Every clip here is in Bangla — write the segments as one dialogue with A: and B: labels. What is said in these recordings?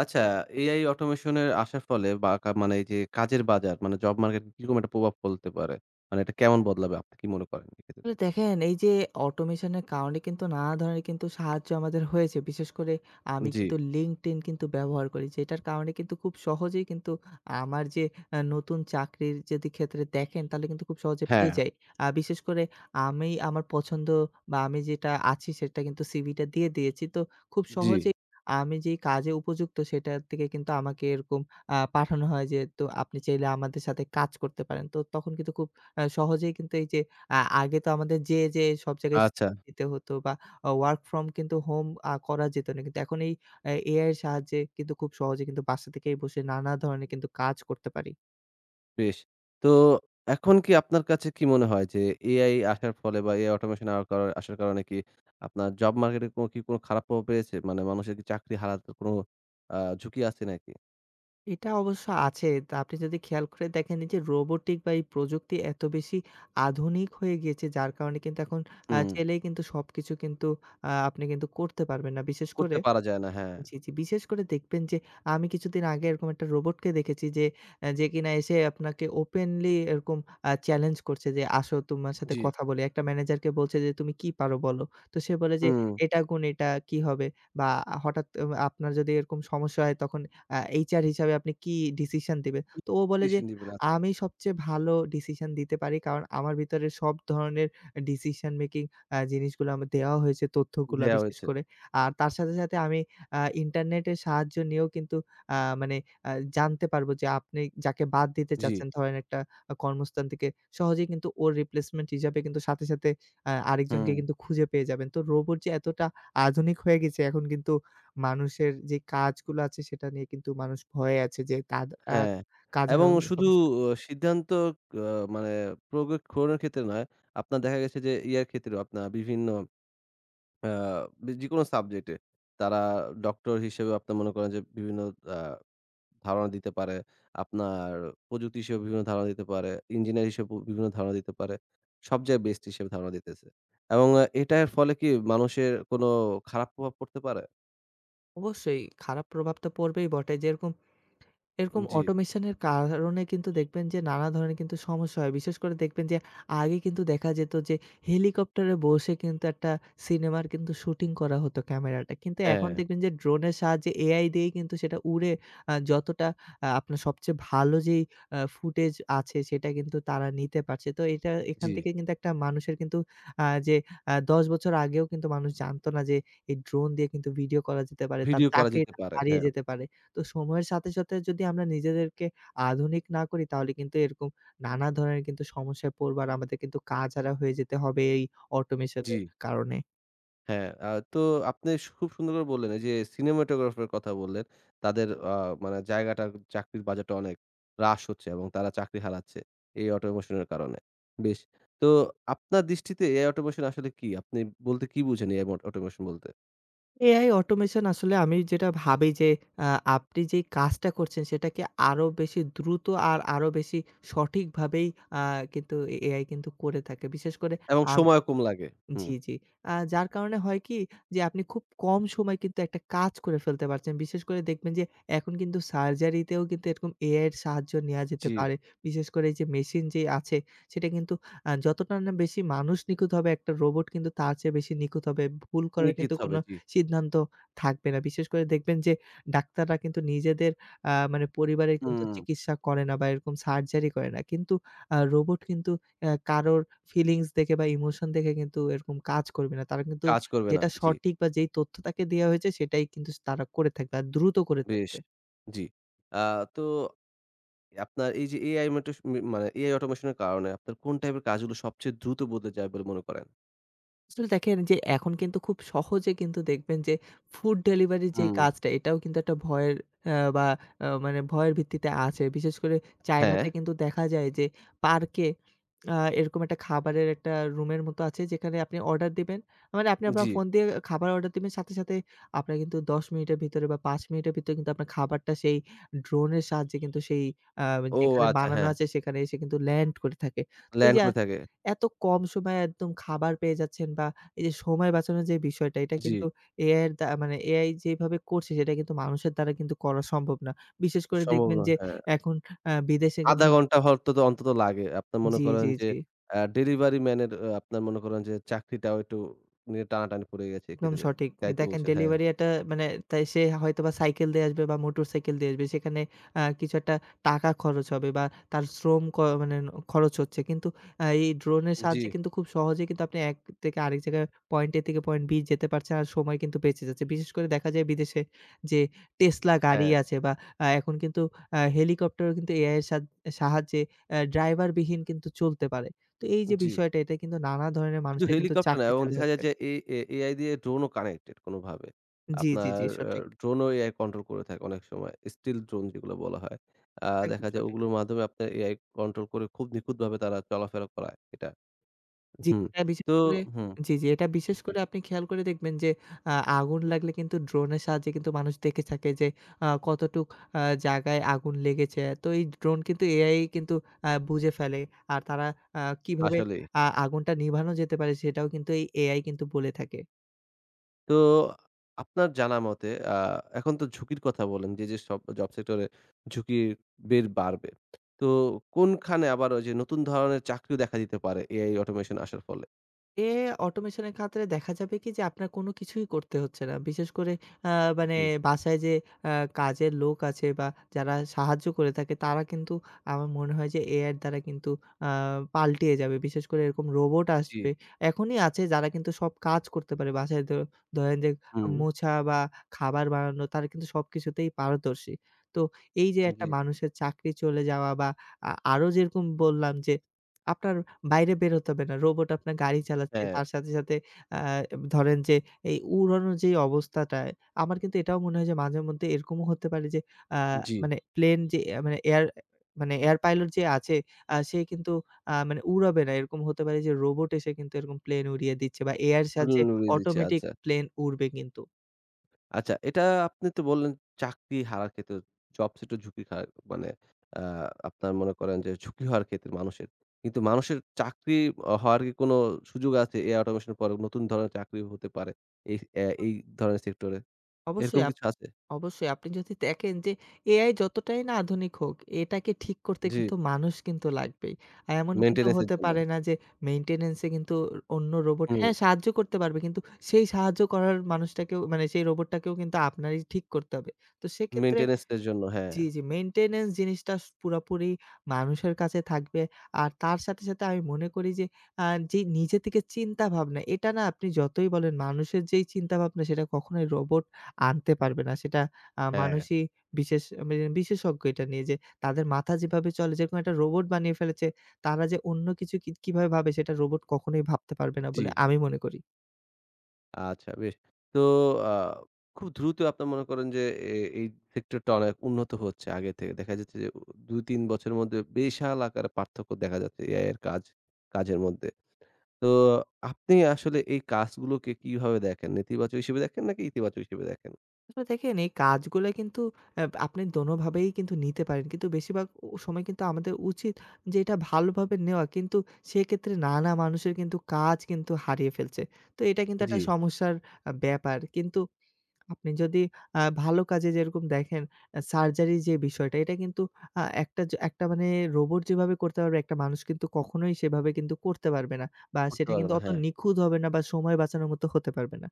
A: আচ্ছা, AI automation এর আসার ফলে বা মানে এই যে কাজের বাজার মানে জব মার্কেট কিরকম একটা প্রভাব ফেলতে পারে? মানে এটা কেমন বদলাবে আপনি কি মনে করেন এক্ষেত্রে?
B: আসলে দেখেন এই যে অটোমেশনের কারণে কিন্তু নানা ধরনের কিন্তু সাহায্য আমাদের হয়েছে। বিশেষ করে আমি
A: জি,
B: কিন্তু LinkedIn কিন্তু ব্যবহার করি। যেটার কারণে কিন্তু খুব সহজেই কিন্তু আমার যে নতুন চাকরির যদি ক্ষেত্রে দেখেন তাহলে কিন্তু খুব সহজে পেয়ে
A: হ্যাঁ,
B: যাই। বিশেষ করে আমি আমার পছন্দ বা আমি যেটা আছি সেটা কিন্তু সিভিটা দিয়ে দিয়েছি। তো খুব
A: জি।
B: সহজেই আমি যেই কাজে উপযুক্ত সেটার থেকে কিন্তু আমাকে এরকম পাঠানো হয় যে, "তো আপনি চাইলে আমাদের সাথে কাজ করতে পারেন।" তো তখন কিন্তু খুব সহজেই কিন্তু এই যে আ আগে তো আমাদের যেয়ে সব জায়গায়
A: আচ্ছা,
B: CV দিতে হতো বা ওয়ার্ক ফ্রম কিন্তু হোম করা যেত না। কিন্তু এখন এই এআই এর সাহায্যে কিন্তু খুব সহজে কিন্তু বাসা থেকেই বসে নানা ধরনের কিন্তু কাজ করতে পারি।
A: বেশ। তো এখন কি আপনার কাছে কি মনে হয় যে AI আসার ফলে বা AI automation আওয়ার কার আসার কারণে কি আপনার জব মার্কেটে কোনো কি কোনো খারাপ প্রভাব পেয়েছে? মানে মানুষের কি চাকরি হারাতে কোনো ঝুঁকি আছে নাকি?
B: এটা অবশ্য আছে। তা আপনি যদি খেয়াল করে দেখেন এই যে রোবটিক বা এই প্রযুক্তি এত বেশি আধুনিক হয়ে গিয়েছে যার কারণে কিন্তু এখন
A: হুম,
B: চাইলেই কিন্তু সবকিছু কিন্তু আপনি কিন্তু করতে পারবেন না। বিশেষ করে
A: করতে পারা যায় না, হ্যাঁ।
B: জি, জি। বিশেষ করে দেখবেন যে আমি কিছুদিন আগে এরকম একটা রোবটকে দেখেছি যে, যে কিনা এসে আপনাকে ওপেনলি এরকম চ্যালেঞ্জ করছে যে, "আসো তোমার সাথে
A: জি,
B: কথা বলি।" একটা ম্যানেজারকে বলছে যে, "তুমি কি পারো বলো?" তো সে বলে যে,
A: হুম।
B: "এটা গুণ এটা কি হবে?" বা হঠাৎ আপনার যদি এরকম সমস্যা হয় তখন আ HR হিসাবে আপনি কি ডিসিশন দিবেন? তো ও বলে যে,
A: ডিসিশন নিবেন আচ্ছা,
B: "আমি সবচেয়ে ভালো ডিসিশন দিতে পারি। কারণ আমার ভিতরে সব ধরনের ডিসিশন মেকিং জিনিসগুলো আমার দেওয়া হয়েছে তথ্যগুলা
A: দেয়া
B: বিশেষ
A: হয়েছে।
B: করে। আর তার সাথে, সাথে আমি ইন্টারনেটের সাহায্য নিয়েও কিন্তু আ মানে আ জানতে পারবো যে আপনি যাকে বাদ দিতে
A: জি,
B: চাচ্ছেন, ধরেন একটা কর্মস্থান থেকে সহজেই কিন্তু ওর রিপ্লেসমেন্ট হিসাবে কিন্তু সাথে, সাথে আরেকজনকে
A: হুম।
B: কিন্তু খুঁজে পেয়ে যাবেন। তো রোবট যে এতটা আধুনিক হয়ে গেছে এখন কিন্তু মানুষের যে কাজগুলো আছে সেটা নিয়ে কিন্তু মানুষ ভয়ে আছে যে তাদ আ
A: হ্যাঁ,
B: কাজ
A: এবং
B: হারানোর
A: শুধু
B: সমস্যা।
A: সিদ্ধান্ত আ মানে প্রয়োগ করার ক্ষেত্রে নয়, আপনার দেখা গেছে যে ইয়ার ক্ষেত্রেও আপনার বিভিন্ন আ যেকোনো সাবজেক্টে তারা ডক্টর হিসেবে আপনার মনে করেন যে বিভিন্ন আ ধারণা দিতে পারে। আপনার প্রযুক্তি হিসেবে বিভিন্ন ধারণা দিতে পারে। ইঞ্জিনিয়ার হিসেবে বিভিন্ন ধারণা দিতে পারে। সব জায়গায় বেস্ট হিসেবে ধারণা দিতেছে। এবং এটার ফলে কি মানুষের কোনো খারাপ প্রভাব পড়তে পারে?
B: অবশ্যই খারাপ প্রভাব তো পড়বেই বটে। যেরকম এরকম
A: জি,
B: অটোমেশন এর কারণে কিন্তু দেখবেন যে নানা ধরনের কিন্তু সমস্যা হয়। বিশেষ করে দেখবেন যে আগে কিন্তু দেখা যেত যে হেলিকপ্টারে বসে কিন্তু একটা সিনেমার কিন্তু শুটিং করা হতো ক্যামেরাটা। কিন্তু এখন
A: হ্যাঁ,
B: দেখবেন যে ড্রোনের সাহায্যে AI দিয়েই কিন্তু সেটা উড়ে যতটা আপনার সবচেয়ে ভালো যেই ফুটেজ আছে সেটা কিন্তু তারা নিতে পারছে। তো এটা এখান
A: জি।
B: থেকে কিন্তু একটা মানুষের কিন্তু আ যে আ ১০ বছর আগেও কিন্তু মানুষ জানতো না যে এই ড্রোন দিয়ে কিন্তু ভিডিও করা যেতে পারে। তার
A: ভিডিও করা যেতে
B: চাকরিটা
A: পারে।
B: হারিয়ে
A: হ্যাঁ,
B: যেতে পারে। তো সময়ের সাথে, সাথে যদি আমরা নিজেদেরকে আধুনিক না করি তাহলে কিন্তু এরকম নানা ধরনের কিন্তু সমস্যায় পড়বো। আর আমাদের কিন্তু কাজ হারা হয়ে যেতে হবে এই অটোমেশন
A: জি।
B: এর কারণে।
A: হ্যাঁ, তো আপনি সু খুব সুন্দর করে বললেন, এই যে সিনেমাটোগ্রাফার কথা বললেন, তাদের মানে জায়গাটা চাকরির বাজারটা অনেক হ্রাস হচ্ছে এবং তারা চাকরি হারাচ্ছে এই অটোমেশন এর কারণে। বেশ। তো আপনার দৃষ্টিতে এআই অটোমেশন আসলে কি? আপনি বলতে কি বুঝেন এআই অটোমেশন বলতে?
B: এআই অটোমেশন আসলে আমি যেটা ভাবি যে আ আপনি যেই কাজটা করছেন সেটাকে আরো বেশি দ্রুত আর আরো বেশি সঠিকভাবেই আ কিন্তু এআই কিন্তু করে থাকে। বিশেষ করে
A: এবং
B: আম
A: সময় কম লাগে।
B: জি,
A: হুম।
B: জি। যার কারণে হয় কি যে আপনি খুব কম সময়ে কিন্তু একটা কাজ করে ফেলতে পারছেন। বিশেষ করে দেখবেন যে এখন কিন্তু সার্জারিতেও কিন্তু এরকম এআই এর সাহায্য নেয়া যেতে
A: জি।
B: পারে। বিশেষ করে এই যে মেশিন যে আছে সেটা কিন্তু যতটা না বেশি মানুষ নিখুঁত হবে একটা রোবট কিন্তু তার চেয়ে বেশি নিখুঁত হবে। ভুল করার
A: নিখীত
B: কিন্তু
A: হবে,
B: কোনো
A: জি।
B: সিদ্ধান্ত থাকবে না। বিশেষ করে দেখবেন যে ডাক্তাররা কিন্তু নিজেদের মানে পরিবারের কিন্তু
A: হুম,
B: চিকিৎসা করে না বা এরকম সার্জারি করে না। কিন্তু রোবট কিন্তু কারোর ফিলিংস দেখে বা ইমোশন দেখে কিন্তু এরকম কাজ করবে না। তারা কিন্তু
A: কাজ করবে না।
B: যেটা
A: জি,
B: সঠিক বা যেই তথ্য তাকে দেয়া হয়েছে সেটাই কিন্তু তারা করে থাকবে। আর দ্রুত করে
A: বেশ।
B: থাকবে।
A: জি। আ তো আপনার এই যে এআই মেটেশ মি মানে এআই অটোমেশন এর কারণে আপনার কোন টাইপের কাজগুলো সবচেয়ে দ্রুত বদলে যায় বলে মনে করেন?
B: আসলে দেখেন যে এখন কিন্তু খুব সহজে কিন্তু দেখবেন যে ফুড ডেলিভারি যে
A: হুম,
B: কাজটা এটাও কিন্তু একটা ভয়ের আ বা আ মানে ভয়ের ভিত্তিতে আছে। বিশেষ করে
A: হ্যাঁ,
B: চায়নাতে কিন্তু দেখা যায় যে পার্কে আ এরকম একটা খাবারের একটা রুমের মতো আছে যেখানে আপনি অর্ডার দিবেন। মানে আপনি আপনার
A: জি।
B: ফোন দিয়ে খাবার অর্ডার দিবেন সাথে, সাথে আপনার কিন্তু ১০ মিনিটের ভিতরে বা ৫ মিনিটের ভিতরে কিন্তু আপনার খাবারটা সেই ড্রোনের সাহায্যে কিন্তু সেই আ
A: ও
B: যেখানে
A: আচ্ছা
B: বানানো
A: হ্যাঁ,
B: আছে সেখানে এসে কিন্তু ল্যান্ড করে থাকে। এই
A: ল্যান্ড
B: যে
A: করে থাকে।
B: এত কম সময়ে একদম খাবার পেয়ে যাচ্ছেন বা এই যে সময় বাঁচানোর যে বিষয়টা এটা
A: জি,
B: কিন্তু এআই এর দ্বা মানে এআই যেভাবে করছে সেটা কিন্তু মানুষের দ্বারা কিন্তু করা সম্ভব না। বিশেষ করে
A: সম্ভব
B: দেখবেন
A: না,
B: যে
A: হ্যাঁ।
B: এখন বিদেশে কিন্তু
A: ০.৫ ঘন্টা হয়তো তো অন্তত লাগে। আপনার মনে
B: জি,
A: করেন
B: জি,
A: যে
B: জি।
A: ডেলিভারি ম্যানের আপনার মনে করেন যে চাকরিটাও একটু নিয়ে টানাটানি পড়ে গেছে
B: একদম
A: এক্ষেত্রে।
B: সঠিক। যে
A: তাই তো
B: দেখেন
A: বলছেন, হ্যাঁ।
B: ডেলিভারি একটা মানে তাই সে হয়তোবা সাইকেল দিয়ে আসবে বা মোটরসাইকেল দিয়ে আসবে। সেখানে কিছু একটা টাকা খরচ হবে বা তার শ্রম ক মানে ন খরচ হচ্ছে। কিন্তু এই ড্রোনের
A: জি,
B: সাহায্যে কিন্তু খুব সহজেই কিন্তু আপনি এক থেকে আরেক জায়গায় পয়েন্ট A থেকে পয়েন্ট B যেতে পারছেন আর সময় কিন্তু বেঁচে যাচ্ছে। বিশেষ করে দেখা যায় বিদেশে যে Tesla গাড়ি
A: হ্যাঁ,
B: আছে বা এখন কিন্তু হেলিকপ্টারও কিন্তু AI এর সাদ সাহায্যে ড্রাইভারবিহীন কিন্তু চলতে পারে। তো এই যে
A: জি।
B: বিষয়টা এটা কিন্তু নানা ধরনের
A: শুধু
B: মানুষের কিন্তু
A: হেলিকপ্টার না
B: চাকরি
A: এবং
B: চলে
A: দেখা যায়
B: যাচ্ছে।
A: যে এ এ এআই দিয়ে ড্রোনও কানেক্টেড কোনোভাবে।
B: জি, জি,
A: আপনার
B: জি,
A: আ
B: সঠিক।
A: ড্রোনও এআই কন্ট্রোল করে থাকে অনেক সময়। স্টিল ড্রোন যেগুলো বলা হয়।
B: একদম
A: দেখা যায়
B: সঠিক।
A: ওগুলোর মাধ্যমে আপনার এআই কন্ট্রোল করে খুব নিখুঁতভাবে তারা চলাফেরা করায় এটা।
B: জি,
A: হুম।
B: এটা বিশেষ
A: তো
B: করে
A: হুম,
B: জি, জি, এটা বিশেষ
A: জি,
B: করে আপনি খেয়াল করে দেখবেন যে আ আগুন লাগলে কিন্তু ড্রোনের সাহায্যে কিন্তু মানুষ দেখে থাকে যে কতটুক আ জায়গায় আগুন লেগেছে। তো এই ড্রোন কিন্তু এআই কিন্তু বুঝে ফেলে। আর তারা আ কিভাবে
A: আসলেই।
B: আগুনটা নিভানো যেতে পারে সেটাও কিন্তু এই এআই কিন্তু বলে থাকে।
A: তো আপনার জানা মতে এখন তো ঝুঁকির কথা বললেন যে, যে সব জব সেক্টরে ঝুঁকি বাড়বে। তো কোনখানে আবার ওই যে নতুন ধরনের চাকরিও দেখা দিতে পারে এআই অটোমেশন আসার ফলে?
B: এ অটোমেশন এর ক্ষেত্রে দেখা যাবে কি যে আপনার কোনো কিছুই করতে হচ্ছে না। বিশেষ করে আ মানে
A: জি,
B: বাসায় যে আ কাজের লোক আছে বা যারা সাহায্য করে থাকে তারা কিন্তু আমার মনে হয় যে AI এর দ্বারা কিন্তু আ পাল্টিয়ে যাবে। বিশেষ করে এরকম রোবট
A: জি।
B: আসবে। এখনই আছে যারা কিন্তু সব কাজ করতে পারে। বাসায় ধ ধরেন যে
A: হুম।
B: মোছা বা খাবার বানানো তারা কিন্তু সবকিছুতেই পারদর্শী। তো এই যে একটা
A: জি,
B: মানুষের চাকরি চলে যাওয়া বা আরো যেরকম বললাম যে আপনার বাইরে বের হতে হবে না। রোবট আপনার গাড়ি চালাচ্ছে।
A: হ্যাঁ,
B: তার সাথে, সাথে আ ধরেন যে এই উড়ানোর যে অবস্থাটা, আমার কিন্তু এটাও মনে হয় যে মাঝেমধ্যে এরকমও হতে পারে যে আ
A: জি।
B: মানে প্লেন যে মানে এয়ার মানে এয়ার পাইলট যে আছে সে কিন্তু মানে উড়াবে না। এরকম হতে পারে যে রোবট এসে কিন্তু এরকম প্লেন উড়িয়ে দিচ্ছে বা এআই এর সাহায্যে
A: তুলনা উড়িয়ে দিচ্ছে।
B: অটোমেটিক
A: আচ্ছা।
B: প্লেন উড়বে কিন্তু।
A: আচ্ছা, এটা আপনি তো বললেন চাকরি হারার ক্ষেত্রে জব সেক্টর ঝুঁকি খায় মানে আ আপনার মনে করেন যে ঝুঁকি হওয়ার ক্ষেত্রে মানুষের। কিন্তু মানুষের চাকরি হওয়ার কি কোনো সুযোগ আছে এআই অটোমেশন এর পরে নতুন ধরনের চাকরি হতে পারে এই এই ধরনের সেক্টরে?
B: অবশ্যই
A: এরকম
B: আপ
A: কিছু আছে?
B: অবশ্যই আপনি যদি দেখেন যে এআই যতটাই না আধুনিক হোক, এটাকে ঠিক করতে
A: জি,
B: কিন্তু মানুষ কিন্তু লাগবেই। আর এমন কিন্তু
A: মেইনটেন্যান্স এর
B: হতে
A: জন্য।
B: পারে না যে মেইনটেন্যান্স এ কিন্তু অন্য রোবট
A: হুম,
B: হ্যাঁ, সাহায্য করতে পারবে কিন্তু সেই সাহায্য করার মানুষটাকেও মানে সেই রোবটটাকেও কিন্তু আপনারই ঠিক করতে হবে। তো সেক্ষেত্রে
A: মেইনটেন্যান্স এর জন্য। হ্যাঁ,
B: জি, জি। মেইনটেন্যান্স জিনিসটা স পুরাপুরি মানুষের কাছে থাকবে। আর তার সাথে, সাথে আমি মনে করি যে আ যে নিজে থেকে চিন্তা ভাবনা, এটা না আপনি যতই বলেন মানুষের যেই চিন্তা ভাবনা সেটা কখনোই রোবট আনতে পারবে না। সেটা
A: হ্যাঁ,
B: মানুষই বিশেষ মানে বিশেষজ্ঞ এটা নিয়ে যে তাদের মাথা যেভাবে চলে, যেরকম একটা রোবট বানিয়ে ফেলেছে, তারা যে অন্য কিছু কি কিভাবে ভাবে সেটা রোবট কখনোই ভাবতে পারবে না
A: জি।
B: বলে আমি মনে করি।
A: আচ্ছা বেশ। তো আ খুব দ্রুত আপনার মনে করেন যে এ এই সেক্টরটা অনেক উন্নত হচ্ছে আগে থেকে। দেখা যাচ্ছে যে ২-৩ বছরের মধ্যে বিশাল আকারে পার্থক্য দেখা যাচ্ছে এআই এর কাজ কাজের মধ্যে। তো আপনি আসলে এই কাজগুলোকে কিভাবে দেখেন? নেতিবাচক হিসেবে দেখেন নাকি ইতিবাচক হিসেবে দেখেন?
B: আসলে দেখেন এই কাজগুলো কিন্তু আপনি দোনোভাবেই কিন্তু নিতে পারেন। কিন্তু বেশিরভাগ সময় কিন্তু আমাদের উচিত যে এটা ভালোভাবে নেওয়া। কিন্তু সেক্ষেত্রে নানা মানুষের কিন্তু কাজ কিন্তু হারিয়ে ফেলছে। তো এটা কিন্তু
A: জি,
B: একটা সমস্যার ব্যাপার। কিন্তু আপনি যদি ভালো কাজে যেরকম দেখেন সার্জারির যে বিষয়টা এটা কিন্তু আ একটা য একটা মানে রোবট যেভাবে করতে পারবে একটা মানুষ কিন্তু কখনোই সেভাবে কিন্তু করতে পারবে না। বা
A: করতে
B: সেটা
A: পারবে
B: কিন্তু
A: না।
B: অত
A: হ্যাঁ,
B: নিখুঁত হবে না বা সময় বাঁচানোর মতো হতে পারবে না।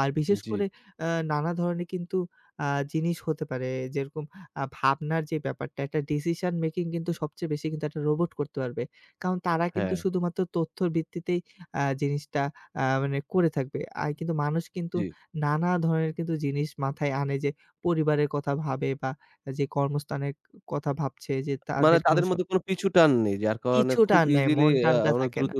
B: আর বিশেষ
A: জি,
B: করে নানা ধরনের কিন্তু আ জিনিস হতে পারে যেরকম ভাবনার যে ব্যাপারটা একটা ডিসিশন মেকিং কিন্তু সবচেয়ে বেশি কিন্তু একটা রোবট করতে পারবে। কারণ তারা কিন্তু
A: হ্যাঁ,
B: শুধুমাত্র তথ্যর ভিত্তিতেই জিনিসটা মানে করে থাকবে। আর কিন্তু মানুষ কিন্তু
A: জি।
B: নানা ধরনের কিন্তু জিনিস মাথায় আনে যে পরিবারের কথা ভাবে বা যে কর্মস্থানের কথা ভাবছে যে
A: মানে
B: তাদের কোনো
A: তাদের
B: স
A: মধ্যে কোনো পিছুটান নেই যার কারণে
B: পিছু
A: খুব
B: টান নেয়,
A: ইজিলি
B: মন টানটা
A: অনেক
B: থাকে না।
A: দ্রুত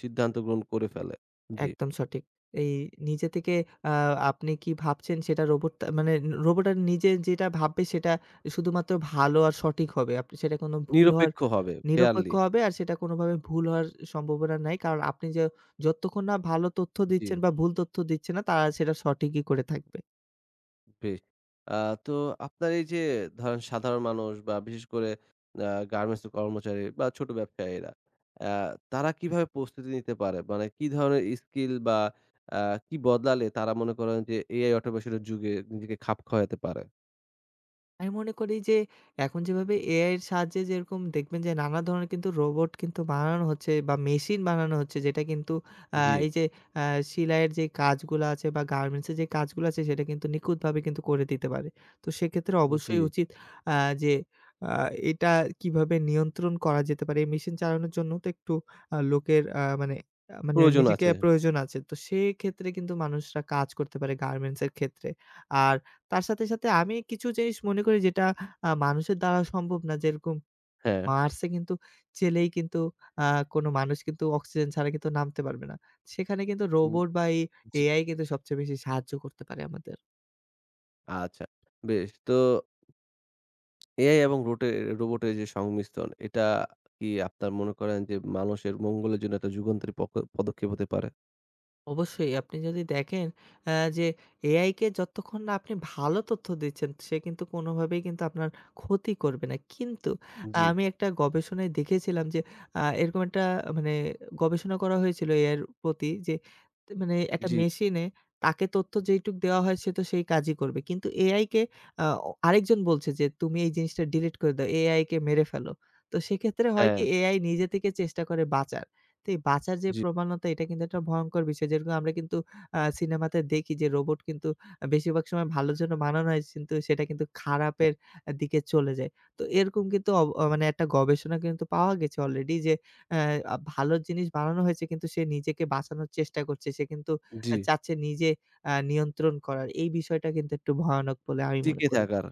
A: সিদ্ধান্ত গ্রহণ করে ফেলে। জি,
B: একদম সঠিক। এই নিজে থেকে আ আপনি কি ভাবছেন সেটা রোবট তা মানে রোবট আর নিজে যেটা ভাববে সেটা শুধুমাত্র ভালো আর সঠিক হবে। আপনি সেটা কোনো ভুল হওয়ার
A: নিরপেক্ষ হবে,
B: নিরপেক্ষ
A: ফেয়ারলি।
B: হবে আর সেটা কোনোভাবে ভুল হওয়ার সম্ভাবনা নাই। কারণ আপনি যে যতক্ষণ না ভালো তথ্য
A: জি।
B: দিচ্ছেন বা ভুল তথ্য দিচ্ছেন না তারা সেটা সঠিকই করে থাকবে।
A: বেশ। আ তো আপনার এই যে ধরেন সাধারণ মানুষ বা বিশেষ করে আ গার্মেন্টস কর্মচারী বা ছোট ব্যবসায়ীরা আ তারা কিভাবে প্রস্তুতি নিতে পারে? মানে কি ধরনের স্কিল বা আ কি বদলালে তারা মনে করেন যে এআই অটোমেশন এর যুগে নিজেকে খাপ খাওয়াতে পারে?
B: আমি মনে করি যে এখন যেভাবে এআই এর সাহায্যে যেরকম দেখবেন যে নানা ধরনের কিন্তু রোবট কিন্তু বানানো হচ্ছে বা মেশিন বানানো হচ্ছে যেটা কিন্তু
A: জি,
B: এই যে আ সেলাইয়ের যে কাজগুলা আছে বা গার্মেন্টসের যে কাজগুলা আছে সেটা কিন্তু নিখুঁতভাবে কিন্তু করে দিতে পারে। তো সেক্ষেত্রে
A: জি।
B: অবশ্যই উচিত আ যে আ এটা কিভাবে নিয়ন্ত্রণ করা যেতে পারে। এই মেশিন চালানোর জন্য তো একটু লোকের আ মানে আ মানে
A: প্রয়োজন
B: নিজেকে
A: আছে।
B: প্রয়োজন আছে। তো সেক্ষেত্রে কিন্তু মানুষরা কাজ করতে পারে গার্মেন্টস এর ক্ষেত্রে। আর তার সাথে, সাথে আমি কিছু জিনিস মনে করি যেটা মানুষের দ্বারা সম্ভব না। যেরকম
A: হ্যাঁ।
B: মার্সে কিন্তু চেলেই কিন্তু আ কোনো মানুষ কিন্তু অক্সিজেন ছাড়া কিন্তু নামতে পারবে না। সেখানে কিন্তু
A: উম
B: রোবট বা এই
A: জি।
B: এআই কিন্তু সবচেয়ে বেশি সাহায্য করতে পারে আমাদের।
A: আচ্ছা, বেশ। তো এআই এবং রোবটের যে সংমিশ্রণ এটা কি আপনার মনে করেন যে মানুষের মঙ্গলের জন্য একটা যুগান্তরী পদক্ষেপ হতে পারে?
B: অবশ্যই আপনি যদি দেখেন আ যে এআইকে যতক্ষণ না আপনি ভালো তথ্য দিচ্ছেন, সে কিন্তু কোনোভাবেই কিন্তু আপনার ক্ষতি করবে না। কিন্তু
A: জি,
B: আমি একটা গবেষণায় দেখেছিলাম যে এরকম একটা মানে গবেষণা করা হয়েছিল এআইয়ের প্রতি যে মানে একটা
A: জি।
B: মেশিনে তাকে তথ্য যেইটুক দেওয়া হয় সে তো সেই কাজই করবে। কিন্তু এআইকে আ আরেকজন বলছে যে, "তুমি এই জিনিসটা ডিলিট করে দাও। এআইকে মেরে ফেলো।" তো সেক্ষেত্রে হয়
A: হ্যাঁ,
B: কি এআই নিজে থেকে চেষ্টা করে বাঁচার। তো এই বাঁচার যে
A: জি,
B: প্রবণতা এটা কিন্তু একটা ভয়ংকর বিষয়। যেরকম আমরা কিন্তু সিনেমাতে দেখি যে রোবট কিন্তু বেশিরভাগ সময় ভালোর জন্য বানানো হয় কিন্তু সেটা কিন্তু খারাপের দিকে চলে যায়। তো এরকম কিন্তু অব অ মানে একটা গবেষণা কিন্তু পাওয়া গেছে অলরেডি যে অ্যা আ ভালো জিনিস বানানো হয়েছে কিন্তু সে নিজেকে বাঁচানোর চেষ্টা করছে। সে কিন্তু
A: জি।
B: চাচ্ছে নিজে নিয়ন্ত্রণ করার। এই বিষয়টা কিন্তু একটু ভয়ানক বলে আমি মনে
A: টিকে
B: করি।
A: থাকার,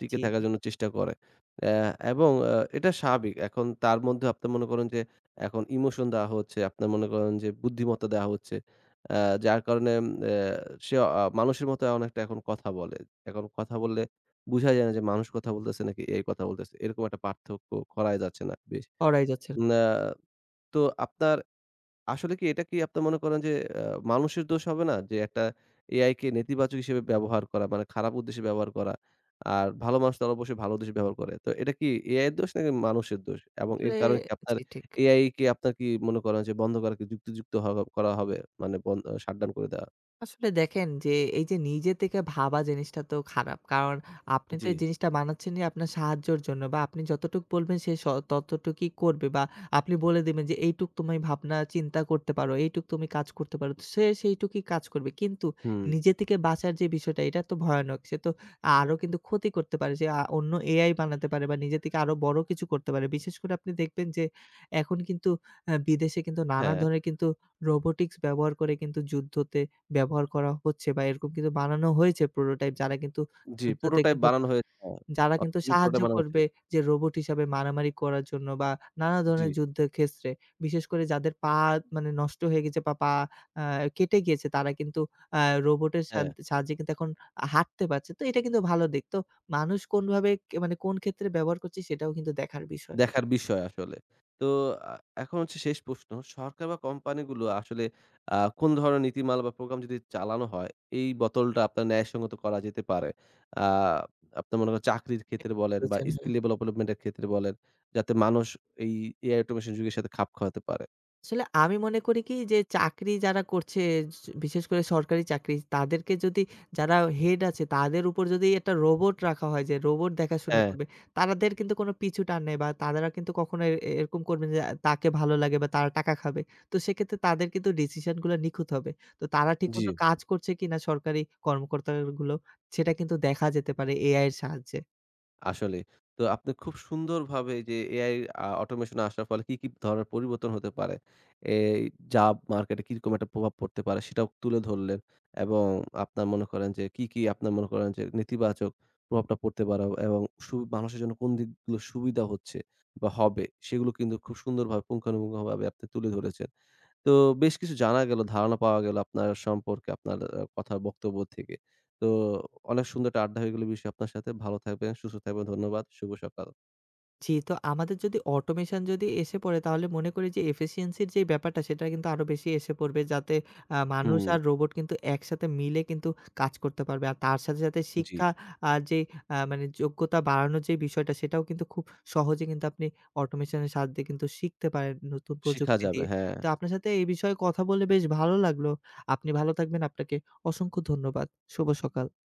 A: টিকে
B: জি,
A: থাকার
B: জি।
A: জন্য চেষ্টা করে। অ্যা এবং এটা স্বাভাবিক। এখন তার মধ্যে আপনি মনে করেন যে এখন ইমোশন দেওয়া হচ্ছে, আপনার মনে করেন যে বুদ্ধিমত্তা দেওয়া হচ্ছে। আ যার কারণে উম অ্যা সে মানুষের মতো অনেকটা এখন কথা বলে। এখন কথা বললে বুঝাই যায় না যে মানুষ কথা বলতেছে নাকি এআই কথা বলতেছে। এরকম একটা পার্থক্য করাই যাচ্ছে না। বেশ।
B: করাই যাচ্ছে না।
A: না তো আপনার আসলে কি এটা কি আপনি মনে করেন যে আ মানুষের দোষ হবে না? যে একটা এআই কে নেতিবাচক হিসেবে ব্যবহার করা মানে খারাপ উদ্দেশ্যে ব্যবহার করা। আর ভালো মানুষ তারা অবশ্যই ভালো উদ্দেশ্যে ব্যবহার করে। তো এটা কি এআই এর দোষ নাকি মানুষের দোষ? এবং এর
B: আসলে
A: কারণে কি আপনার
B: জি ঠিক।
A: এআই কে আপনার কি মনে করেন যে বন্ধ করা কি যুক্তিযুক্ত করা হবে? মানে শাটডাউন করে দেওয়া?
B: আসলে দেখেন যে এই যে নিজে থেকে ভাবা জিনিসটা তো খারাপ। কারণ আপনি তো
A: জি।
B: এই জিনিসটা বানাচ্ছেনই আপনার সাহায্যর জন্য বা আপনি যতটুক বলবেন সে স ততটুকুই করবে বা আপনি বলে দিবেন যে এইটুক তুমি ভাবনা চিন্তা করতে পারো, এইটুক তুমি কাজ করতে পারো। তো সে সেইটুকুই কাজ করবে। কিন্তু
A: হুম।
B: নিজে থেকে বাঁচার যে বিষয়টা এটা তো ভয়ানক। সে তো আরো কিন্তু ক্ষতি করতে পারে। যে অন্য এআই বানাতে পারে বা নিজে থেকে আরো বড় কিছু করতে পারে। বিশেষ করে আপনি দেখবেন যে এখন কিন্তু বিদেশে কিন্তু নানা
A: হ্যাঁ।
B: ধরনের কিন্তু রোবোটিক্স ব্যবহার করে কিন্তু যুদ্ধতে ব্যবহার করা হচ্ছে বা এরকম কিন্তু বানানো হয়েছে প্রোটোটাইপ যারা কিন্তু
A: জি,
B: যুদ্ধতে
A: প্রোটোটাইপ
B: কিন্তু
A: বানানো হয়েছে। হ্যাঁ।
B: যারা কিন্তু সাহায্য
A: প্রোটোটাইপ বানানো হচ্ছে।
B: করবে যে রোবট হিসাবে মারামারি করার জন্য বা নানা
A: জি,
B: ধরনের যুদ্ধের ক্ষেত্রে। বিশেষ করে যাদের পা মানে নষ্ট হয়ে গেছে বা পা আ কেটে গিয়েছে তারা কিন্তু আ রোবটের সাদ
A: হ্যাঁ।
B: সাহায্যে কিন্তু এখন হাঁটতে পারছে। তো এটা কিন্তু ভালো দিক। তো মানুষ কোনভাবে কে মানে কোন ক্ষেত্রে ব্যবহার করছে সেটাও কিন্তু দেখার বিষয়।
A: দেখার বিষয় আসলে। তো আ এখন হচ্ছে শেষ প্রশ্ন। সরকার বা কোম্পানিগুলো আসলে আ কোন ধরনের নীতিমালা বা প্রোগ্রাম যদি চালানো হয়, এই বোতলটা আপনার ন্যায়সঙ্গত করা যেতে পারে? আ আপনার মনে করেন চাকরির ক্ষেত্রে বলেন বা
B: বলেছেন হ্যাঁ।
A: স্কিল ডেভেলপমেন্ট এর ক্ষেত্রে বলেন, যাতে মানুষ এই এআই অটোমেশন যুগের সাথে খাপ খাওয়াতে পারে।
B: আসলে আমি মনে করি কি যে চাকরি যারা করছে স বিশেষ করে সরকারি চাকরি তাদেরকে যদি যারা হেড আছে তাদের উপর যদি একটা রোবট রাখা হয় যে রোবট দেখাশোনা
A: হ্যাঁ,
B: করবে, তাদের কিন্তু কোনো পিছু টান নেই বা তারা কিন্তু কখনো এ এরকম করবে না যে তাকে ভালো লাগে বা তারা টাকা খাবে। তো সেক্ষেত্রে তাদের কিন্তু ডিসিশন গুলো নিখুঁত হবে। তো তারা
A: জি।
B: ঠিকমতো কাজ করছে কিনা সরকারি কর্মকর্তাগুলো সেটা কিন্তু দেখা যেতে পারে এআই এর সাহায্যে।
A: আসলে। তো আপনি খুব সুন্দরভাবে এই যে এআই অটোমেশন আসার ফলে কি, কি ধরনের পরিবর্তন হতে পারে? এই জব মার্কেটে কিরকম একটা প্রভাব পড়তে পারে সেটাও তুলে ধরলেন। এবং আপনার মনে করেন যে কি, কি আপনার মনে করেন যে নেতিবাচক প্রভাবটা পড়তে পারে এবং মানুষের জন্য কোন দিকগুলো সুবিধা হচ্ছে বা হবে সেগুলো কিন্তু খুব সুন্দরভাবে পুঙ্খানুপুঙ্খভাবে আপনি তুলে ধরেছেন। তো বেশ কিছু জানা গেল, ধারণা পাওয়া গেল আপনার সম্পর্কে, আপনার কথার বক্তব্য থেকে। তো অনেক সুন্দর একটা আড্ডা হয়ে গেল বিষয় আপনার সাথে। ভালো থাকবেন, সুস্থ থাকবেন। ধন্যবাদ। শুভ সকাল।
B: জি, তো আমাদের যদি অটোমেশন যদি এসে পড়ে তাহলে মনে করি যে efficiency র যে ব্যাপারটা সেটা কিন্তু আরো বেশি এসে পড়বে। যাতে মানুষ
A: হুম,
B: আর রোবট কিন্তু একসাথে মিলে কিন্তু কাজ করতে পারবে। আর তার সাথে, সাথে
A: জি।
B: শিক্ষা আর যে মানে যোগ্যতা বাড়ানোর যে বিষয়টা সেটাও কিন্তু খুব সহজে কিন্তু আপনি অটোমেশনের সাহায্যে কিন্তু শিখতে পারেন নতুন
A: শিখা
B: প্রযুক্তি
A: যাবে।
B: দিয়ে।
A: হ্যাঁ।
B: তো আপনার সাথে এই বিষয়ে কথা বলে বেশ ভালো লাগলো। আপনি ভালো থাকবেন। আপনাকে অসংখ্য ধন্যবাদ। শুভ সকাল।